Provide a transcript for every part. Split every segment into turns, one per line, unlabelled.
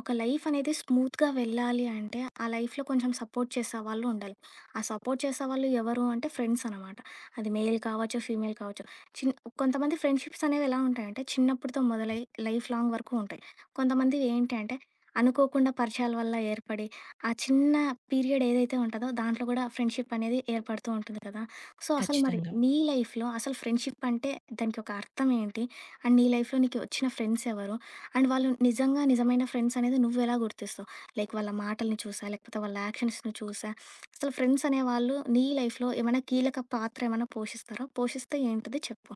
ఒక లైఫ్ అనేది స్మూత్‌గా వెళ్ళాలి అంటే, ఆ లైఫ్‌లో కొంచెం సపోర్ట్ చేసేవాళ్ళు ఉండాలి. ఆ సపోర్ట్ చేసేవాళ్ళు ఎవరు అంటే ఫ్రెండ్స్ అనమాట. అది మెయిల్ కావచ్చు, ఫీమేల్ కావచ్చు. చిన్ కొంతమంది ఫ్రెండ్‌షిప్స్ అనేవి ఎలా ఉంటాయంటే, చిన్నప్పటితో మొదలై లైఫ్ లాంగ్ వరకు ఉంటాయి. కొంతమందివి ఏంటి అంటే, అనుకోకుండా పరిచయాల వల్ల ఏర్పడి, ఆ చిన్న పీరియడ్ ఏదైతే ఉంటదో, దాంట్లో కూడా ఫ్రెండ్షిప్ అనేది ఏర్పడుతూ ఉంటుంది కదా! సో, అసలు మరి
ఖచ్చితంగా.
నీ లైఫ్‌లో అసలు ఫ్రెండ్షిప్ అంటే దానికి ఒక అర్థం ఏంటి? అండ్ నీ లైఫ్‌లో నీకు వచ్చిన ఫ్రెండ్స్ ఎవరు? అండ్ వాళ్ళు నిజంగా నిజమైన ఫ్రెండ్స్ అనేది నువ్వెలా గుర్తిస్తావు? లైక్ వాళ్ళ మాటల్ని చూసా? లేకపోతే వాళ్ళ యాక్షన్స్‌ని చూసా? అసలు ఫ్రెండ్స్ అనేవాళ్ళు నీ లైఫ్‌లో ఏమైనా కీలక పాత్ర ఏమైనా పోషిస్తారా? పోషిస్తే ఏంటిది చెప్పు?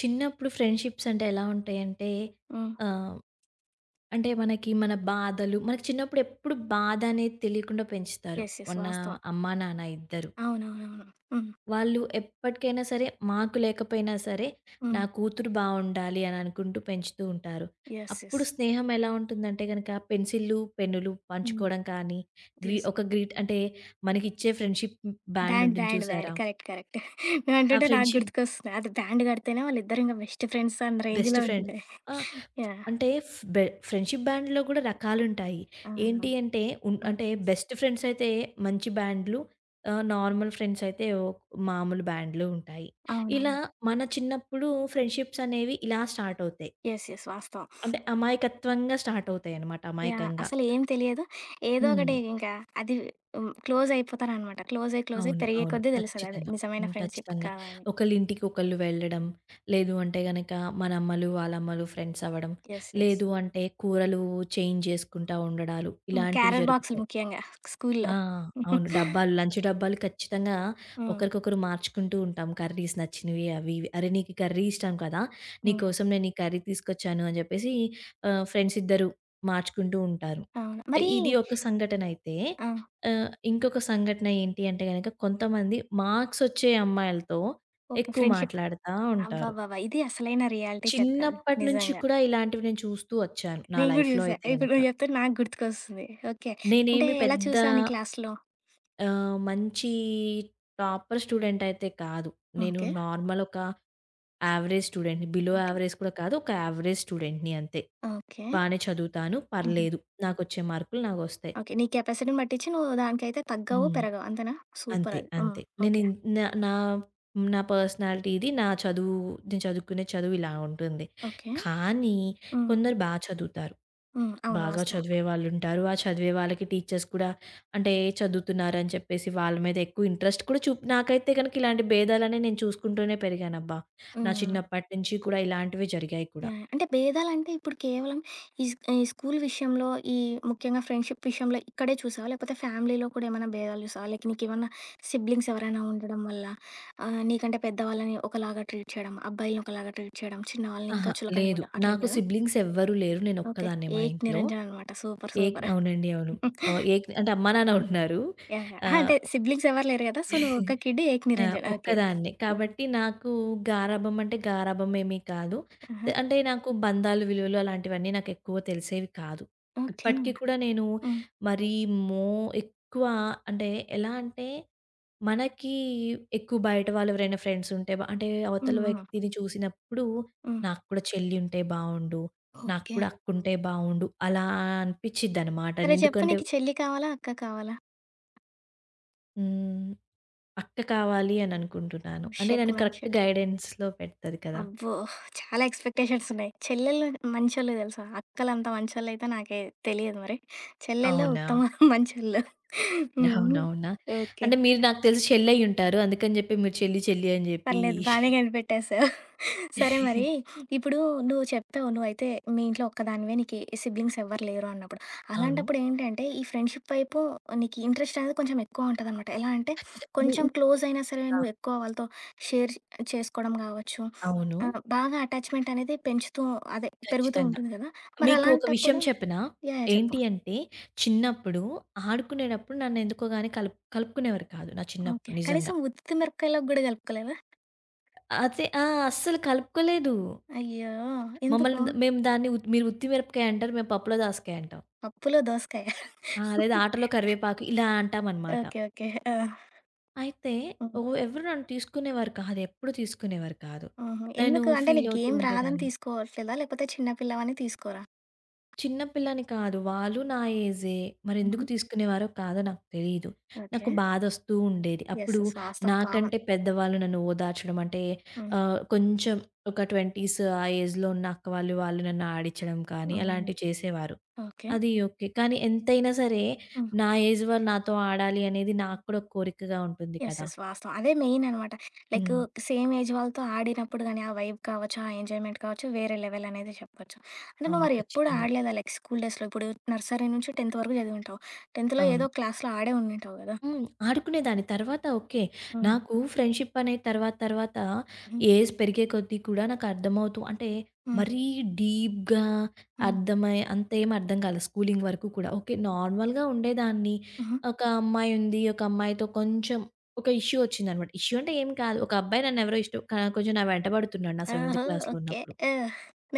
చిన్నప్పుడు ఫ్రెండ్‌షిప్స్ అంటే ఎలా ఉంటాయంటే
హ్మ్.
ఆహ్, మనకి చిన్నప్పుడు ఎప్పుడు బాధ అనేది తెలియకుండా పెంచుతారు.
యెస్. యెస్.
మన
వాస్తవం.
అమ్మా, నాన్న ఇద్దరు.
అవునవునవును. హ్మ్.
వాళ్ళు ఎప్పటికైనా సరే మాకు లేకపోయినా సరే నా
హ్మ్.
కూతురు బావుండాలి అని అనుకుంటూ పెంచుతూ ఉంటారు.
యెస్.
అప్పుడు
యెస్.
స్నేహం ఎలా ఉంటుందంటే గనక పెన్సిల్లు, పెన్నులు
హ్మ్.
పంచుకోవడం కానీ,
యెస్.
ఒక గ్రీట్ అంటే మనకిచ్చే ఫ్రెండ్‌షిప్ బ్యాండ్
బ్యాండ్,
ఉంటుంది
బ్యాండ్, బ్యాండ్.
చూసారా?
కరెక్ట్. కరెక్ట్. నువ్వు
ఆ
అంటుంటే నాకు
ఫ్రెండ్‌షిప్
గుర్తుకొస్తుంది. అది బ్యాండ్ కడితేనే వాళ్ళిద్దరు ఇంక బెస్ట్ ఫ్రెండ్స్ అన్న
బెస్ట్
రేంజ్‌లో
ఫ్రెండ్
ఉంటుండే.
ఆ!
యాహ్!
అంటే ఫ్ బె ఫ్రెండ్‌షిప్ బ్యాండ్‌లో గూడా రకాలుంటాయి.
ఆ!
ఏంటి అంటే అంటే
హ్మ్.
బెస్ట్ ఫ్రెండ్స్ అయితే మంచి బ్యాండ్‌లు, నార్మల్ ఫ్రెండ్స్ అయితే ఓ మామూలు బ్యాండ్‌లు ఉంటాయి. ఇలా
అవునవును.
మన చిన్నప్పుడు ఫ్రెండ్‌షిప్స్ అనేవి ఇలా స్టార్ట్ అవుతాయి.
యెస్. యెస్. వాస్తవం.
అంటే అమాయకత్వంగా స్టార్ట్ అవుతాయన్నమాట
యాహ్!
అమాయకంగా.
అసలేం తెలియదు. ఏదో
హ్మ్.
ఒకటి ఇంకా అది హ్మ్. క్లోజ్ అయిపోతారనమాట. క్లోజ్ అయ్యి, క్లోజ్ అయ్యి
అవును.
పెరిగే
అవును.
కొద్దీ తెలుస్తదది.
ఖచ్చితంగా.
నిజమైన
హ్మ్.
ఫ్రెండ్‌షిప్
ఖచ్చితంగా.
కాదా అని.
ఒకళ్ళింటికి ఒకళ్ళు వెళ్ళడం, లేదు అంటే గనక మనమ్మలు, వాళ్ళమ్మలు ఫ్రెండ్స్ అవ్వడం,
యెస్. యెస్.
లేదు అంటే కూరలు చేంజ్ జేసుకుంటా ఉండడాలు
హ్మ్.
ఇలాంటివి
క్యారట్ బాక్సులు
జరుగుతాయి.
ముఖ్యంగా
ఆ!
స్కూల్లో.
అవును. డబ్బాలు లంచ్ డబ్బాలు ఖచ్చితంగా
హ్మ్.
ఒకరికొకరు మార్చుకుంటూ ఉంటాం. కర్రీస్ నచ్చినవి అవి ఇవి. "అరే! నీకు ఈ కర్రీ ఇష్టం కదా!
హ్మ్.
నీకోసం నేను ఈ కర్రీ తీసుకొచ్చాను" అని చెప్పేసి ఫ్రెండ్స్ ఇద్దరు మార్చుకుంటూ ఉంటారు.
అవును. మరి
ఇది ఒక సంఘటన అయితే
ఆ!
ఇంకొక సంఘటన ఏంటి అంటే గనక కొంతమంది మార్క్స్ వచ్చే అమ్మాయిలతో
ఓకే.
ఎక్కువ
ఫ్రెండ్‌షిప్
మాట్లాడుతా ఉంటారు.
అబ్బబ్బబ్బా! ఇది అసలైన రియాలిటీ చెప్పాను.
చిన్నప్పటి నుంచి
నిజంగా.
కూడా ఇలాంటివి నేను చూస్తూ వచ్చాను. నా
నేను గూడా
లైఫ్‌లో
చూసా.
అయితే
ఇప్పుడు
గనక.
నువ్వు చెప్తుంటే నాకు గుర్తుకొస్తుంది. ఓకే. అంటే
నేనేమి
ఎలా
పెద్ద
చూసావు నీ క్లాస్‌లో?
మంచి టాపర్ స్టూడెంట్ అయితే కాదు. నేను
ఓకే.
నార్మల్ ఒక యావరేజ్ స్టూడెంట్‌ని. Below
okay.
యావరేజ్ కూడా కాదు. ఒక యావరేజ్ స్టూడెంట్‌ని అంతే.
ఓకే.
బానే చదువుతాను.
హుహు.
పర్లేదు. నాకొచ్చే మార్కులు నాకొస్తాయి.
ఓకే. నీ కెపాసిటీని బట్టిచ్చి నువ్వు దానికైతే తగ్గవు,
హ్మ్.
పెరగవు అంతేనా?
అంతే.
సూపరది. ఆ!
అంతే. నేను
ఓకే.
ఇన్ నా నా నా పర్సనాలిటీ ఇది. నా చదువు నేను చదువుకునే చదువు ఇలా ఉంటుంది.
ఓకే.
కానీ
హ్మ్.
కొందరు చదువుతారు.
హ్మ్. అవును.
బాగా
వాస్తవం.
చదివే వాళ్ళుంటారు. ఆ చదివే వాళ్ళకి టీచర్స్ కూడా అంటే చదువుతున్నారని చెప్పేసి వాళ్ళ మీద ఎక్కువ ఇంట్రెస్ట్ కూడా నాకైతే గనక ఇలాంటి భేదాలన్నీ నేను చూసుకుంటూనే పెరిగానబ్బా! నా
హ్మ్. హ్మ్.
చిన్నప్పటి నుంచి కూడా ఇలాంటివి జరిగాయి కూడా.
యాహ్! యాహ్! అంటే భేదాలంటే ఇప్పుడు కేవలం ఈ స్కూల్ విషయంలో, ఈ ముఖ్యంగా ఫ్రెండ్‌షిప్ విషయంలో ఇక్కడే చూసావా? లేకపోతే ఫ్యామిలీలో కూడా ఏమైనా భేదాలు చూసావా? లైక్ నీకేమన్నా సిబ్లింగ్స్ ఎవరైనా ఉండడం వల్ల నీకంటే పెద్దవాళ్ళని ఒకలాగా ట్రీట్ చేయడం, అబ్బాయిల్ని ఒకలాగా ట్రీట్ చేయడం, చిన్నవాళ్ళని
అహా!
ఇంకా చులకనగా
లేదు.
ఉండడం అట్లేం
నాకు
లేదా?
సిబ్లింగ్స్ ఎవ్వరూ లేరు.
ఓకే.
నేనొక్కదాన్నే మా
ఏక్
ఇంట్లో.
నిరంజన్ అనమాట. సూపర్.
ఏక్
సూపర్.
అవునండి. అవును. ఏక్ అంటే అమ్మా, నాన్న ఉన్నారు.
యాహ్! యాహ్! అహా!
ఆహ్
అంటే సిబ్లింగ్స్ ఎవరు లేరు గదా! సో, నువ్వు ఒక్క కిడ్
ఆ!
ఏకనిరంజన్. ఓకే.
ఒక్కదాన్నే.
హ్మ్.
కాబట్టి నాకు గారాబం అంటే గారాబం ఏమీ కాదు.
ఆహా!
అంటే నాకు బంధాలు, విలువలు అలాంటివన్నీ నాకెక్కువ తెలిసేవి కాదు.
ఓకే.
ఇప్పటికి కూడా నేను
హ్మ్.
మరీ మో ఎక్కువ అంటే ఎలా అంటే మనకి ఎక్కువ బయట వాళ్ళు ఎవరైనా ఫ్రెండ్స్ ఉంటే అంటే
హ్మ్.
అవతల
హ్మ్.
వ్యక్తిని చూసినప్పుడు
హ్మ్.
నాకు కూడా చెల్లి ఉంటే బావుండు. నాకు
ఓకే.
కూడా అక్కుంటే బావుండు అలా అనిపిచ్చిద్దనమాట.
సరే చెప్పు
ఎందుకంటే
నీకు చెల్లి కావాలా? అక్క కావాలా?
హ్మ్. అక్క కావాలి అని అనుకుంటున్నాను. అంటే
షిట్
నన్ను
మ్యాన్
కరెక్ట్
షిట్.
గైడెన్స్‌లో పెడతది కదా!
అబ్బో! చాలా ఎక్స్‌పెక్టేషన్స్ ఉన్నాయి. చెల్లెళ్ళు మంచోళ్ళు తెలుసా? అక్కలంత మంచోళ్ళైతే నాకే తెలియదు మరి. చెల్లెళ్ళు
అవునా?
ఉత్తమ మంచోళ్ళు. హ్మ్.
అవునవునా?
ఓకే.
అంటే మీరు నాకు తెలిసి చెల్లయ్యుంటారు. అందుకని చెప్పి మీరు చెల్లి చెల్లి అని చెప్పి
పర్లేదు బానే కనిపెట్టేసావు. సరే మరి ఇప్పుడు నువ్వు చెప్పావు నువ్వైతే మీ ఇంట్లో ఒక్కదానివే నీకు సిబ్లింగ్స్ ఎవ్వరు లేరు అన్నప్పుడు.
అవును.
అలాంటప్పుడు ఏంటంటే ఈ ఫ్రెండ్‌షిప్ వైపు నీకు ఇంట్రెస్ట్ అనేది కొంచెం ఎక్కువ ఉంటదనమాట. ఎలా అంటే
ఖచ్చితంగా
కొంచెం క్లోజ్ అయినా సరే నువ్వు ఎక్కువ వాళ్ళతో షేర్ చేసుకోవడం కావచ్చు.
అవును.
బాగా అటాచ్‌మెంట్ అనేది పెంచుతూ అదే పెరుగుతూ
ఖచ్చితంగా.
ఉంటుంది కదా! మరి అవును.
మీకు ఒక విషయం
అలాంటప్పుడు
చెప్పనా?
యాహ్! యాహ్! చెప్పు.
ఏంటి అంటే చిన్నప్పుడు ఆడుకునేటప్పుడు నన్ను ఎందుకో గాని కలుపుకునేవారు కాదు నా
ఓకే.
చిన్నప్పుడు నిజంగా.
కనీసం ఉత్తి మిరపకాయలోకి గూడా కలుపుకోలేదా?
అదే ఆ! అస్సలు కలుపుకోలేదు.
అయ్యో!
మమ్మల్ని
ఎందుకు?
మేము దాన్ని మీరు ఉత్తి మిరపకాయ అంటారు. మేము పప్పులో దోసకాయ అంటాం.
పప్పులో దోసకాయ.
ఆ! లేదా ఆటలో కరివేపాకు ఇలా అంటామనమాట.
ఓకే. ఓకే. ఆ!
అయితే
హ్మ్.
ఓ ఎవరు నన్ను తీసుకునేవారు కాదు. ఎప్పుడు తీసుకునేవారు కాదు.
ఆహా!
నేను
ఎందుకు? అంటే
ఫీల్
నీకు
అవుతూ
గేమ్ రాదని
ఉండేదాన్ని.
తీసుకోవట్లేదా? లేకపోతే చిన్న పిల్లవని తీసుకోరా?
చిన్న పిల్లని కాదు. వాళ్ళు నా ఏజే. మరెందుకు
హుహు.
తీసుకునేవారో కాదో నాకు తెలీదు.
ఓకే.
నాకు బాధొస్తూ ఉండేది.
యెస్.
అప్పుడు
యెస్. వాస్తవం.
నాకంటే
కామన్.
పెద్దవాళ్ళు నన్ను ఓదార్చడం అంటే
హ్మ్.
కొంచెం ఒక 20స్ ఆ ఏజ్‌లో ఉన్న అక్క వాళ్ళు, వాళ్ళు నన్ను ఆడించడం కానీ
హ్మ్.
అలాంటివి చేసేవారు.
ఓకే.
అది ఓకే. కానీ ఎంతైనా సరే
హ్మ్.
నా ఏజ్ వాళ్ళు నాతో ఆడాలి అనేది నాకు కూడా ఒక కోరికగా ఉంటుంది
యెస్.
కదా!
యెస్. వాస్తవం. అదే మెయిన్ అనమాట. లైకు
హ్మ్.
సేమ్ ఏజ్ వాళ్ళతో ఆడినప్పుడు గానీ, ఆ వైబ్ కావచ్చు, ఆ ఎంజాయ్‌మెంట్ కావచ్చు, వేరే లెవెల్ అనేది చెప్పొచ్చు. అంటే నువ్వు
అవును.
మరి ఎప్పుడు
ఖచ్చితంగా.
ఆడలేదా? లైక్ స్కూల్ డేస్‌లో ఇప్పుడు నర్సరీ నుంచి 10థ్ వరకు చదివుంటావు. 10థ్‌లో
అవును.
ఏదో క్లాస్‌లో ఆడే ఉండింటావు గదా!
హ్మ్. ఆడుకునేదాన్ని. తర్వాత ఓకే.
హ్మ్.
నాకు ఫ్రెండ్‌షిప్ అనే తర్వాత తర్వాత
హ్మ్.
ఏజ్ పెరిగే కొద్దీ కూడా నాకు అర్థమవుతూ అంటే
హ్మ్.
మరీ డీప్‌గా
హ్మ్.
అర్థమై అంతేం అర్థం కాలేదు స్కూలింగ్ వరకు కూడా. ఓకే. నార్మల్‌గా ఉండేదాన్ని.
హుహు.
ఒక అమ్మాయి ఉంది. ఒక అమ్మాయితో కొంచెం ఒక ఇష్యూ వచ్చిందనమాట. ఇష్యూ అంటే ఏం కాదు. ఒక అబ్బాయి నన్నెవరో ఇష్టం కొంచెం నా వెంట పడుతున్నాడు నా సెవెంత్
ఓహో!
క్లాస్‌లో
ఓకే.
ఉన్నప్పుడు.
ఆ!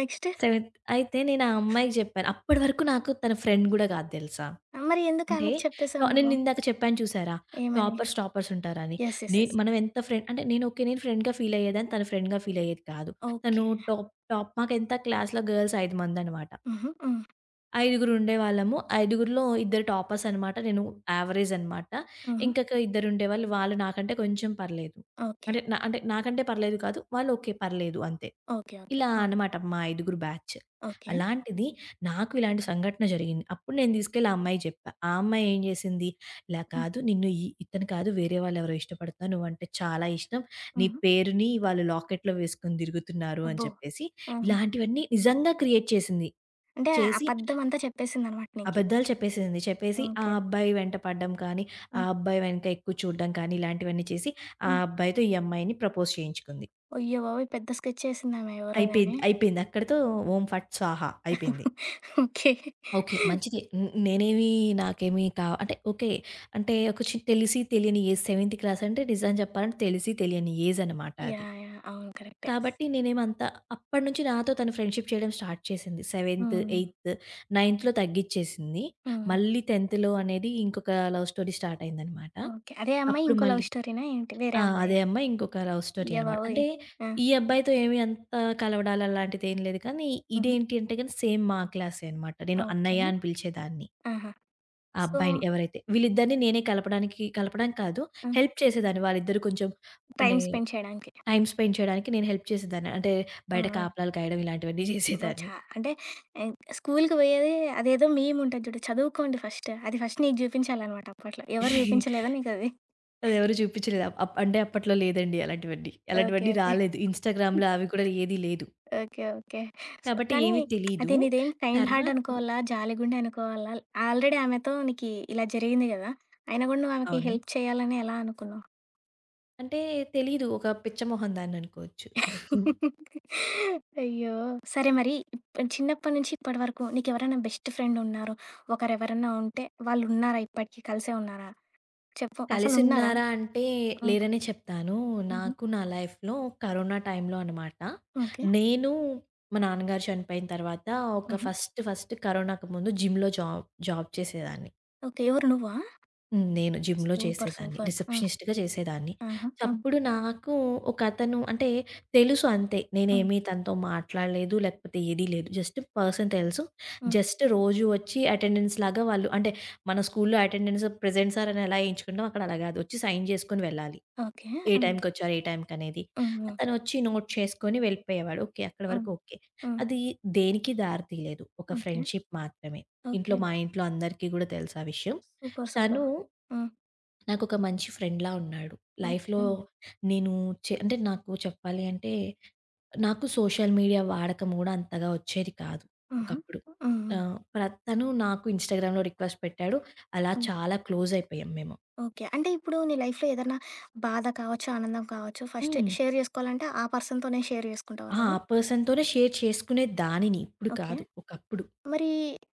నెక్స్ట్?
సెవెంత్ అయితే నేను ఆ అమ్మాయికి జెప్పాను. అప్పటి వరకు నాకు తన ఫ్రెండ్ గూడా గాదు తెలుసా?
మరి ఎందుకు
అంటే
ఆమెకి చెప్పేసావు నువ్వు?
నేనిందాక చెప్పాను చూసారా?
ఏమని?
టాపర్స్ ఉంటారని.
యెస్. యెస్.
నేను
యెస్.
మనం ఎంత ఫ్రెండ్ అంటే నేను ఓకే. నేను ఫ్రెండ్‌గా ఫీలయ్యేదాన్ని. తను ఫ్రెండ్‌గా ఫీలయ్యేది కాదు. తను
ఓకే.
టాప్ టాప్ మాకెంత క్లాస్‌లో గర్ల్స్ 5 మందనమాట.
హుహు. హ్మ్.
ఐదుగురు ఉండేవాళ్ళము. ఐదుగురిలో ఇద్దరు టాపర్స్ అనమాట. నేను యావరేజ్ అనమాట.
హుహు.
ఇంకొక ఇద్దరుండేవాళ్ళు. వాళ్ళు నాకంటే కొంచెం పర్లేదు.
ఓకే.
అంటే, నా అంటే నాకంటే పర్లేదు కాదు. వాళ్ళు ఓకే. పర్లేదు అంతే.
ఓకే. ఓకే.
ఇలా
హ్మ్.
అనమాట మా ఐదుగురు బ్యాచ్.
ఓకే.
అలాంటిది నాకు ఇలాంటి సంఘటన జరిగింది. అప్పుడు నేను తీసుకెళ్ళి ఆ అమ్మాయికి చెప్పా. ఆ అమ్మాయి ఏం చేసింది, "ఇలా
హ్మ్.
కాదు నిన్ను ఈ ఇతను కాదు వేరే వాళ్ళెవరో ఇష్టపడుతున్నారు. నువ్వంటే చాలా ఇష్టం. నీ
హుహు.
పేరుని వాళ్ళు లాకెట్‌లో వేసుకొని తిరుగుతున్నారు" అని
అబ్బో!
చెప్పేసి
ఆహా!
ఇలాంటివన్నీ నిజంగా క్రియేట్ చేసింది.
అంటే
చేసి
అబద్ధమంతా చెప్పేసిందనమాట నీకి.
అబద్ధాలు చెప్పేసింది. చెప్పేసి ఆ
ఓకే.
అబ్బాయి వెంట పడడం కానీ, ఆ
హ్మ్.
అబ్బాయి వెనక ఎక్కువ చూడడం కానీ ఇలాంటివన్నీ చేసి ఆ
హ్మ్.
అబ్బాయితో ఈ అమ్మాయిని ప్రపోజ్ చేయించుకుంది.
అయ్య బాబోయ్! పెద్ద స్కెచ్చేసిందామె ఎవరో
అయిపోయింది.
గాని.
అయిపోయింది. అక్కడితో ఓం ఫట్ స్వాహా అయిపోయింది.
ఓకే.
ఓకే. మంచిదే. నేనేమి నాకేమి అంటే ఓకే. అంటే ఒక తెలిసి తెలియని ఏజ్ సెవెంత్ క్లాస్ అంటే నిజం చెప్పాలంటే తెలిసి తెలియని ఏజ్ అనమాట అది.
యాహ్! యాహ్! అవును. కరెక్టే.
కాబట్టి నేనేమంత అప్పటినుంచి నాతో తను ఫ్రెండ్‌షిప్ చేయడం స్టార్ట్ చేసింది. సెవెంత్,
హ్మ్.
ఎయిత్, నైన్త్‌లో తగ్గిచ్చేసింది.
హ్మ్.
మళ్ళీ 10th అనేది ఇంకొక లవ్ స్టోరీ స్టార్ట్ అయిందనమాట.
ఓకే. అదే అమ్మాయి
అప్పుడు
ఇంకో
మళ్ళీ
లవ్ స్టోరీనా ఏంటి?
ఆ!
వేరే
అదే
అమ్మాయా?
అమ్మాయి ఇంకొక లవ్ స్టోరీ
అయ్య
అనమాట.
బాబోయ్!
అంటే
ఆ!
ఈ అబ్బాయితో ఏమి అంత కలవడాలు అలాంటిదేం లేదు కానీ
హుహు.
ఇదేంటి అంటే గనుక సేమ్ మా క్లాసే అనమాట. నేను
ఓకే.
అన్నయ్య అని పిలిచేదాన్ని.
ఆహా!
ఆ
సో,
అబ్బాయిని ఎవరైతే. వీళ్ళిద్దరిని నేనే కలపడానికి కలపడానికి కాదు,
హ్మ్.
హెల్ప్ చేసేదాన్ని. వాళ్ళిద్దరూ కొంచెం అంటే
టైమ్ స్పెండ్ చేయడానికి.
టైమ్ స్పెండ్ చేయడానికి నేను హెల్ప్ చేసేదాన్ని. అంటే
ఆ!
బయట
ఆ!
కాపలాలు కాయడం ఇలాంటివన్నీ
అబ్బో!
చేసేదాన్ని.
చా అంటే స్కూలుకి పోయేది అదేదో మీమ్ ఉంటది చూడు. చదువుకోండి ఫస్ట్. అది ఫస్ట్ నీకు చూపించాలనమాట అప్పట్లో. ఎవరు చూపించలేదా నీకది?
అదెవరు చూపించలేదు. అప్ అప్ అంటే అప్పట్లో లేదండి అలాంటివన్నీ.
ఓకే.
అలాంటివన్నీ
ఓకే.
రాలేదు. ఇన్‌స్టాగ్రామ్‌లో అవి కూడా ఏది లేదు.
ఓకే. ఓకే. సో,
కాబట్టి
కానీ
ఏమీ తెలీదు.
అది నీదేం కైండ్ హార్ట్
తర్వాత
అనుకోవాలా? జాలి గుండె అనుకోవాలా? ఆల్రెడీ ఆమెతో నీకి ఇలా జరిగింది కదా! అయినా కూడా నువ్వు ఆమెకి
అవును.
హెల్ప్ చేయాలని ఎలా అనుకున్నావు?
అంటే తెలీదు. ఒక పిచ్చ మొహం దాన్ననుకోవచ్చు.
అయ్యో! సరే మరి చిన్నప్పటి నుంచి ఇప్పటి వరకు నీకెవరైనా బెస్ట్ ఫ్రెండ్ ఉన్నారు. ఒకరెవరన్నా ఉంటే వాళ్ళున్నారా ఇప్పటికి కలిసే ఉన్నారా? చెప్పు. అసలున్నారా?
కలిసున్నారా అంటే
హ్మ్.
లేరనే చెప్తాను.
హుహు.
నాకు నా లైఫ్‌లో కరోనా టైంలో అనమాట.
ఓకే.
నేను మా నాన్నగారు చనిపోయిన తర్వాత ఒక
హుహు.
ఫస్ట్ ఫస్ట్ కరోనాకు ముందు జిమ్‌లో జాబ్ జాబ్ చేసేదాన్ని.
ఓకే. ఎవరు నువ్వా?
హ్మ్. నేను జిమ్‌లో
సూపర్.
చేసేదాన్ని.
సూపర్. ఆ!
రిసెప్షనిస్ట్‌గా చేసేదాన్ని.
ఆహా! హ్మ్.
చప్పుడు నాకు ఒకతను అంటే తెలుసు అంతే.
హ్మ్.
నేనేమి తనతో మాట్లాడలేదు. లేకపోతే ఏది లేదు. జస్ట్ పర్సన్ తెలుసు.
హ్మ్.
జస్ట్ రోజు వచ్చి అటెండెన్స్ లాగా వాళ్ళు అంటే మన స్కూల్‌లో అటెండెన్స్ ప్రెజెంట్ సార్ అని ఎలా ఏయించుకుంటామో అక్కడ అలా గాదు. వచ్చి సైన్ జేసుకొని వెళ్ళాలి.
ఓకే.
ఏ
హ్మ్.
టైంకొచ్చారు, ఏ టైంకనేది.
హ్మ్. హ్మ్.
తనొచ్చి నోట్ చేసుకొని వెళ్ళిపోయేవాడు. ఓకే. అక్కడి
హ్మ్.
వరకు ఓకే.
హ్మ్.
అది దేనికి దారి తీయలేదు. ఒక
ఓకే.
ఫ్రెండ్‌షిప్ మాత్రమే.
ఓకే.
మా ఇంట్లో అందరికీ గూడా తెలుసు ఆ విషయం.
సూపర్.
తను
సూపర్. హ్మ్.
నాకొక మంచి ఫ్రెండ్‌లా ఉన్నాడు. లైఫ్‌లో
ఓకే.
నేను అంటే నాకు చెప్పాలి అంటే, నాకు సోషల్ మీడియా వాడకం గూడా అంతగా వచ్చేది కాదు
హుహు.
ఒకప్పుడు.
హ్మ్. హ్మ్.
ఆహ్, ప్ర తను నాకు ఇన్‌స్టాగ్రామ్‌లో రిక్వెస్ట్ పెట్టాడు. అలా
హ్మ్.
చాలా క్లోజ్ అయిపోయాం మేము.
ఓకే. అంటే ఇప్పుడు నీ లైఫ్‌లో ఏదన్నా బాధ కావచ్చు, ఆనందం కావచ్చు, ఫస్ట్
హ్మ్.
షేర్ జేసుకోవాలంటే ఆ పర్సన్‌తోనే షేర్ జేసుకుంటావా
ఆ! ఆ
నువ్వు?
పర్సన్‌తోనే షేర్ చేసుకునేదానిని ఇప్పుడు
ఓకే.
కాదు, ఒకప్పుడు.
మరి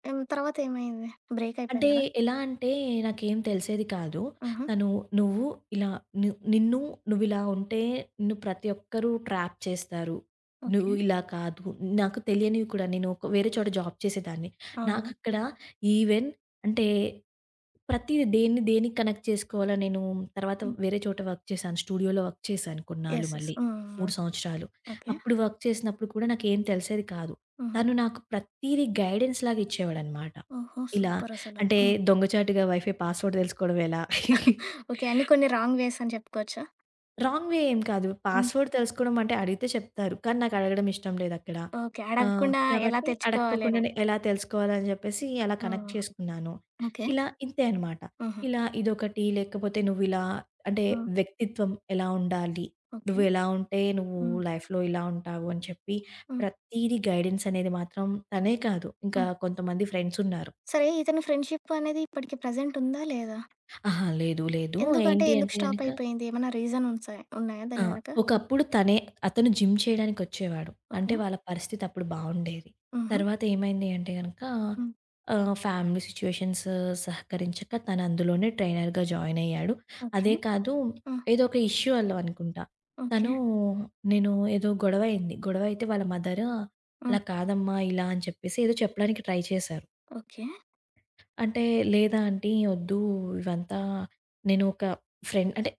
హ్మ్. తర్వాత ఏమైంది? బ్రేక్
అంటే
అయిపోయింది గదా!
ఎలా అంటే నాకేం తెలిసేది కాదు.
ఆహా!
తను నువ్వు ఇలా నిన్ను నువ్విలా ఉంటే నిన్ను ప్రతి ఒక్కరు ట్రాప్ చేస్తారు. నువ్వు
ఓకే.
ఇలా కాదు. నాకు తెలియనివి కూడా నేను ఒక వేరే చోట జాబ్ చేసేదాన్ని.
అవును.
నాకక్కడ ఈవెన్ అంటే ప్రతీది దేన్ని దేనికి కనెక్ట్ చేసుకోవాలో నేను తర్వాత
హ్మ్.
వేరే చోట వర్క్ చేశాను. స్టూడియోలో వర్క్ చేశాను కొన్నాళ్ళు
యెస్. యెస్.
మళ్ళీ.
హ్మ్. హ్మ్.
3 సంవత్సరాలు.
ఓకే.
అప్పుడు వర్క్ చేసినప్పుడు కూడా నాకేం తెలిసేది కాదు.
హుహు.
తను నాకు ప్రతీది గైడెన్స్ లాగా ఇచ్చేవాడనమాట.
ఓహో!
ఇలా
సూపరసల.
అంటే
హ్మ్.
దొంగచాటుగా వైఫై పాస్వర్డ్ తెలుసుకోవడం ఎలా?
ఓకే. అన్ని కొన్ని రాంగ్ వేస్ అని చెప్పుకోవచ్చా?
రాంగ్ వే ఏం కాదు.
హ్మ్.
పాస్‌వర్డ్ తెలుసుకోవడం అంటే అడిగితే చెప్తారు. కానీ నాకు అడగడం ఇష్టం లేదక్కడ.
ఓకే. అడగకుండా ఎలా
కాబట్టి
తెచ్చుకోవాలని.
అడక్కోకుండానే ఎలా తెలుసుకోవాలని జెప్పేసి అలా కనెక్ట్
హ్మ్.
చేసుకున్నాను.
ఓకే.
ఇలా ఇంతే అనమాట.
హుహు.
ఇలా ఇదొకటి లేకపోతే నువ్విలా అంటే
హ్మ్.
వ్యక్తిత్వం ఎలా ఉండాలి?
ఓకే.
నువ్వు ఎలా ఉంటే నువ్వు
హ్మ్.
లైఫ్‌లో ఇలా ఉంటావు అని చెప్పి
హ్మ్.
ప్రతీది గైడెన్స్ అనేది మాత్రం తనే కాదు. ఇంకా
హ్మ్.
కొంతమంది ఫ్రెండ్స్ ఉన్నారు.
సరే ఇతని ఫ్రెండ్‌షిప్ అనేది ఇప్పటికి ప్రెజెంట్ ఉందా? లేదా?
"ఆహా! లేదు లేదు
ఎందుకంటే
ఏంటి
ఎందుకు
అంటే
స్టాప్
గనక"
అయిపోయింది? ఏమన్నా రీజన్ ఉంసా ఉన్నాయా
ఆ!
దాని వెనక?
ఒకప్పుడు తనే అతను జిమ్ చేయడానికొచ్చేవాడు. అంటే
ఓకే.
వాళ్ళ పరిస్థితి అప్పుడు బావుండేది.
హుహు.
తర్వాత ఏమైంది అంటే గనక
హ్మ్.
ఫ్యామిలీ సిట్యుయేషన్స్ సహకరించక తను అందులోనే ట్రైనర్‌గా జాయిన్ అయ్యాడు.
ఓకే.
అదే కాదు
ఆ!
ఏదో ఒక ఇష్యూ వల్ల అనుకుంటా.
ఓకే.
తను నేను ఏదో గొడవ అయింది. గొడవ అయితే వాళ్ళ మదర్
హ్మ్.
అలా కాదమ్మా ఇలా అని చెప్పేసి ఏదో చెప్పడానికి ట్రై చేశారు.
ఓకే.
అంటే, లేదా ఆంటీ ఒద్దు ఇవంతా నేను ఒక ఫ్రెండ్ అంటే,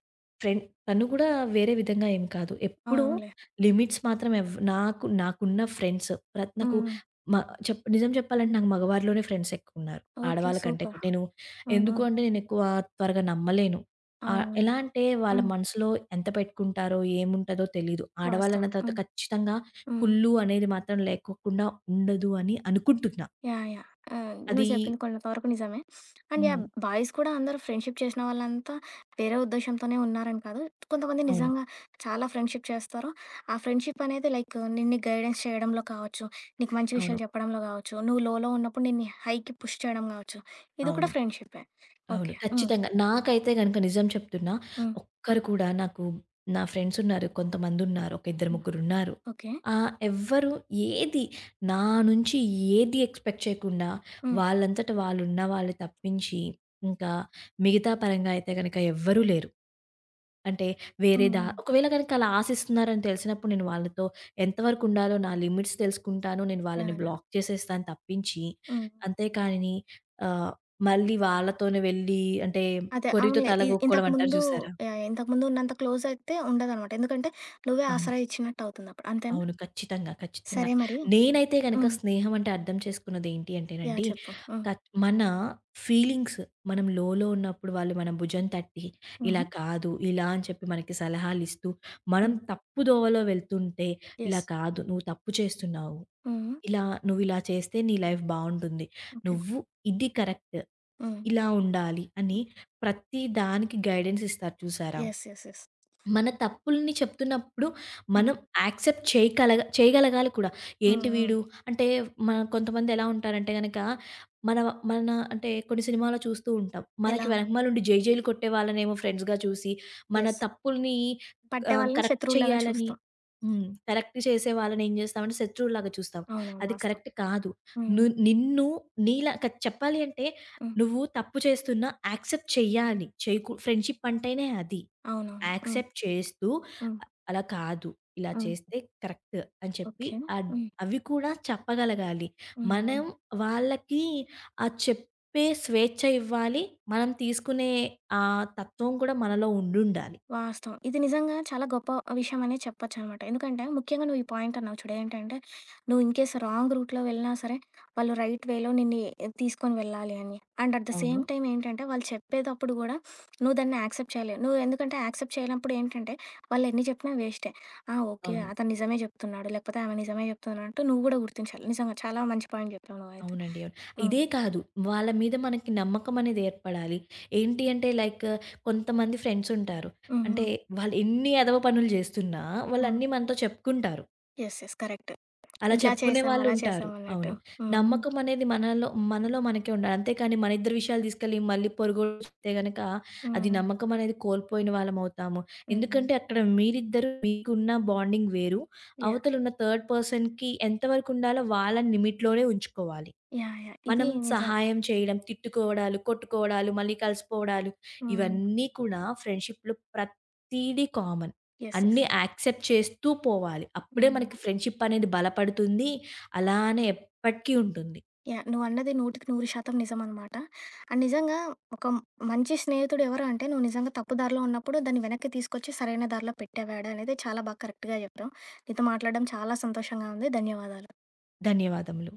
ఫ్రెండ్ తను కూడా వేరే విధంగా ఏం కాదు. ఎప్పుడూ
అవునులే.
లిమిట్స్ మాత్రం నాకున్న ఫ్రెండ్స్
హ్మ్.
నాకు
హ్మ్.
మ చెప్ నిజం చెప్పాలంటే నాకు మగవారిలోనే ఫ్రెండ్స్ ఎక్కువున్నారు.
ఓకే.
ఆడవాళ్ళ కంటే
సూపర్.
కూడా. నేను
హ్మ్.
ఎందుకు
హ్మ్.
అంటే నేనెక్కువ త్వరగా నమ్మలేను.
అవునులే.
ఎలా అంటే వాళ్ళ
హ్మ్.
మనసులో ఎంత పెట్టుకుంటారో, ఏముంటదో తెలీదు. ఆడవాళ్ళన్న
వాస్తవం.
తర్వాత
హ్మ్.
ఖచ్చితంగా
హ్మ్.
కుల్లు అనేది మాత్రం లేకోకుండా ఉండదు అని అనుకుంటున్నా.
యాహ్! యాహ్! ఆ! నువ్వు
అది
చెప్పింది కొంతవరకు నిజమే. And yeah!
హ్మ్.
బాయ్స్ కూడా అందరూ ఫ్రెండ్‌షిప్ చేసిన వాళ్ళంతా వేరే ఉద్దేశ్యంతోనే ఉన్నారని కాదు. కొంతమంది
అవును.
నిజంగా చాలా ఫ్రెండ్‌షిప్ చేస్తారు. ఆ ఫ్రెండ్‌షిప్ అనేది లైక్ నిన్ను గైడెన్స్ చేయడంలో కావచ్చు, నీకు మంచి
అవును.
విషయాలు చెప్పడంలో కావచ్చు, నువ్వు లోలో ఉన్నప్పుడు నిన్ను హైకి పుష్ చేయడం కావచ్చు. ఇది
అవును.
కూడా ఫ్రెండ్‌షిప్పే.
అవును.
ఓకే. హ్మ్.
ఖచ్చితంగా. నాకైతే గనుక నిజం చెప్తున్నా,
హ్మ్.
ఒక్కరు కూడా నాకు నా ఫ్రెండ్స్ ఉన్నారు. కొంతమందున్నారు. ఒక ఇద్దరు
హ్మ్.
ముగ్గురున్నారు.
ఓకే.
ఎవ్వరు ఏది నా నుంచి ఏది ఎక్స్‌పెక్ట్ చేయకుండా
హ్మ్.
వాళ్ళంతట వాళ్ళున్న వాళ్ళు తప్పించి, ఇంకా మిగతా పరంగా అయితే గనక ఎవ్వరూ లేరు. అంటే వేరే
హ్మ్.
దా
హ్మ్.
ఒకవేళ గనక అలా ఆశిస్తున్నారని తెలిసినప్పుడు నేను వాళ్ళతో ఎంతవరకు ఉండాలో నా లిమిట్స్ తెలుసుకుంటాను. నేను వాళ్ళని
యాహ్! యాహ్!
బ్లాక్ చేసేస్తాను తప్పించి,
హ్మ్.
అంతేకానీ ఆహ్, మళ్ళీ వాళ్ళతోనే వెళ్ళి అంటే
అదే
కొర్రీతో
అవునులే. ఇ
తలగొక్కోడం అంటారు
ఇంతకుముందు
చూసారా?
యాహ్! ఇంతకుముందు ఉన్నంత క్లోజ్ అయితే ఉండదనమాట. ఎందుకంటే నువ్వే
అవును.
ఆసరా ఇచ్చినట్టు అవుతుందప్పుడు. అంతేనా?
అవును. ఖచ్చితంగా. ఖచ్చితంగా.
సరే మరి
నేనైతే గనక
హ్మ్.
స్నేహం అంటే అర్థం చేసుకున్నది ఏంటి
యాహ్!
అంటేనండి,
చెప్పు. హ్మ్.
మన ఫీలింగ్స్ మనం లోలో ఉన్నప్పుడు వాళ్ళు మన భుజం తట్టి, ఇలా
హుహు.
కాదు, ఇలా అని చెప్పి మనకి సలహాలిస్తూ, మనం
హ్మ్.
తప్పు దోవలో వెళ్తుంటే, ఇలా
యెస్.
కాదు నువ్వు తప్పు చేస్తున్నావు.
హ్మ్.
ఇలా నువ్విలా చేస్తే నీ లైఫ్ బావుంటుంది.
ఓకే.
నువ్వు ఇది కరెక్ట్.
హ్మ్.
ఇలా ఉండాలి అని ప్రతి దానికి గైడెన్స్ ఇస్తారు చూసారా?
యెస్. యెస్. యెస్.
మన తప్పుల్ని చెప్తున్నప్పుడు
హ్మ్.
మనం యాక్సెప్ట్ చేయగలగాలి కూడా.
హ్మ్.
ఏంటి
హ్మ్.
వీడు అంటే మన కొంతమంది ఎలా ఉంటారంటే గనక మన మన అంటే కొన్ని సినిమాలో చూస్తూ ఉంటాం. మనకి
ఎలా?
వెనకమాలుండి జైలు కొట్టే వాళ్ళనేమో ఫ్రెండ్స్‌గా చూసి, మన
యెస్.
తప్పుల్ని
పట్టే వాళ్ళని
కరెక్ట్
శత్రువులాగా
చేయాలని
చూస్తాం.
హ్మ్. కరెక్ట్ చేసే వాళ్ళని ఏం చేస్తామంటే శత్రువులాగా చూస్తాం.
అవునవును.
అది
వాస్తవం.
కరెక్ట్ కాదు.
హ్మ్.
నిన్ను నీలా క చెప్పాలి అంటే
హ్మ్.
నువ్వు తప్పు చేస్తున్నా యాక్సెప్ట్ చెయ్యాలి. చేయకు ఫ్రెండ్‌షిప్ అంటేనే అది.
అవునవును. హ్మ్.
యాక్సెప్ట్ చేస్తూ,
హ్మ్.
అలా కాదు, ఇలా
హ్మ్.
చేస్తే కరెక్ట్ అని చెప్పి
ఓకే.
అడ్
హ్మ్.
అవి కూడా చెప్పగలగాలి.
హ్మ్. అవును.
మనం వాళ్ళకి ఆ చెప్పే స్వేచ్ఛ ఇవ్వాలి. మనం తీసుకునే ఆ తత్వం కూడా మనలో ఉండుండాలి.
వాస్తవం. ఇది నిజంగా చాలా గొప్ప విషయం అనే చెప్పొచ్చనమాట. ఎందుకంటే ముఖ్యంగా నువ్వు ఈ పాయింట్ అన్నావు చూడు. ఏంటంటే నువ్వు ఇన్‌కేస్ రాంగ్ రూట్‌లో వెళ్ళినా సరే, వాళ్ళు రైట్ వేలో నిన్ని తీసుకొని వెళ్ళాలి అని. అండ్ అట్ ద
అవును.
సేమ్ టైమ్ ఏంటంటే వాళ్ళు చెప్పేటప్పుడు గూడా నువ్వు దాన్ని యాక్సెప్ట్ చేయాలి. నువ్వు ఎందుకంటే యాక్సెప్ట్ చేయనప్పుడు ఏంటంటే వాళ్ళు ఎన్ని చెప్పినా వేస్టే. ఆ! ఓకే.
అవును.
అతను నిజమే చెప్తున్నాడు. లేకపోతే ఆమె నిజమే చెప్తున్నట్టు నువ్వు గూడా గుర్తించాలి. నిజంగా చాలా మంచి పాయింట్ చెప్పావు నువ్వైతే.
అవునండి. అవును.
హ్మ్.
ఇదే కాదు, వాళ్ళ మీద మనకి నమ్మకం అనేది ఏర్పడాలి. ఏంటి అంటే లైక్ కొంతమంది ఫ్రెండ్స్ ఉంటారు.
హ్మ్.
అంటే
హ్మ్.
వాళ్ళు ఎన్ని ఎదవ పనులు చేస్తున్నా,
హ్మ్.
వాళ్ళన్నీ మనతో చెప్పుకుంటారు.
యెస్. యెస్. కరెక్ట్.
అలా
ఇలా
చెప్పుకునే
చేసాం, అలా
వాళ్ళుంటారు.
చేసాం
అవును.
అన్నట్టు. హ్మ్.
నమ్మకం అనేది మనలో మనలో మనకే ఉండాలి. అంతేకాని మన ఇద్దరి విషయాలు తీసుకెళ్ళి మళ్ళీ పొరుగోళ్ళు చెప్తే గనక అది
హ్మ్.
నమ్మకం అనేది కోల్పోయిన వాళ్ళమవుతాము.
హ్మ్.
ఎందుకంటే అక్కడ మీరిద్దరు మీకున్న బాండింగ్ వేరు.
యాహ్!
అవతలున్న థర్డ్ పర్సన్‌కి ఎంతవరకు ఉండాలో వాళ్ళ లిమిట్‌లోనే ఉంచుకోవాలి.
యాహ్! యాహ్! ఇది
మనం
నిజం.
సహాయం చేయడం, తిట్టుకోవడాలు, కొట్టుకోవడాలు, మళ్ళీ కలిసిపోవడాలు
హ్మ్.
ఇవన్నీ కూడా ఫ్రెండ్‌షిప్‌లో ప్రతీదీ కామన్.
యెస్. యెస్.
అన్నీ యాక్సెప్ట్ చేస్తూ పోవాలి. అప్పుడే మనకి
హ్మ్.
ఫ్రెండ్‌షిప్ అనేది బలపడుతుంది. అలానే ఎప్పటికీ ఉంటుంది.
యాహ్! నువ్వన్నది 100% నిజమనమాట. అండ్ నిజంగా ఒక మంచి స్నేహితుడు ఎవరు అంటే, నువ్వు నిజంగా తప్పు దారిలో ఉన్నప్పుడు దాన్ని వెనక్కి తీసుకొచ్చి సరైన దారిలో పెట్టేవాడు అనేది చాలా బాగా కరెక్ట్‌గా చెప్పావు. నీతో మాట్లాడడం చాలా సంతోషంగా ఉంది. ధన్యవాదాలు.
ధన్యవాదములు.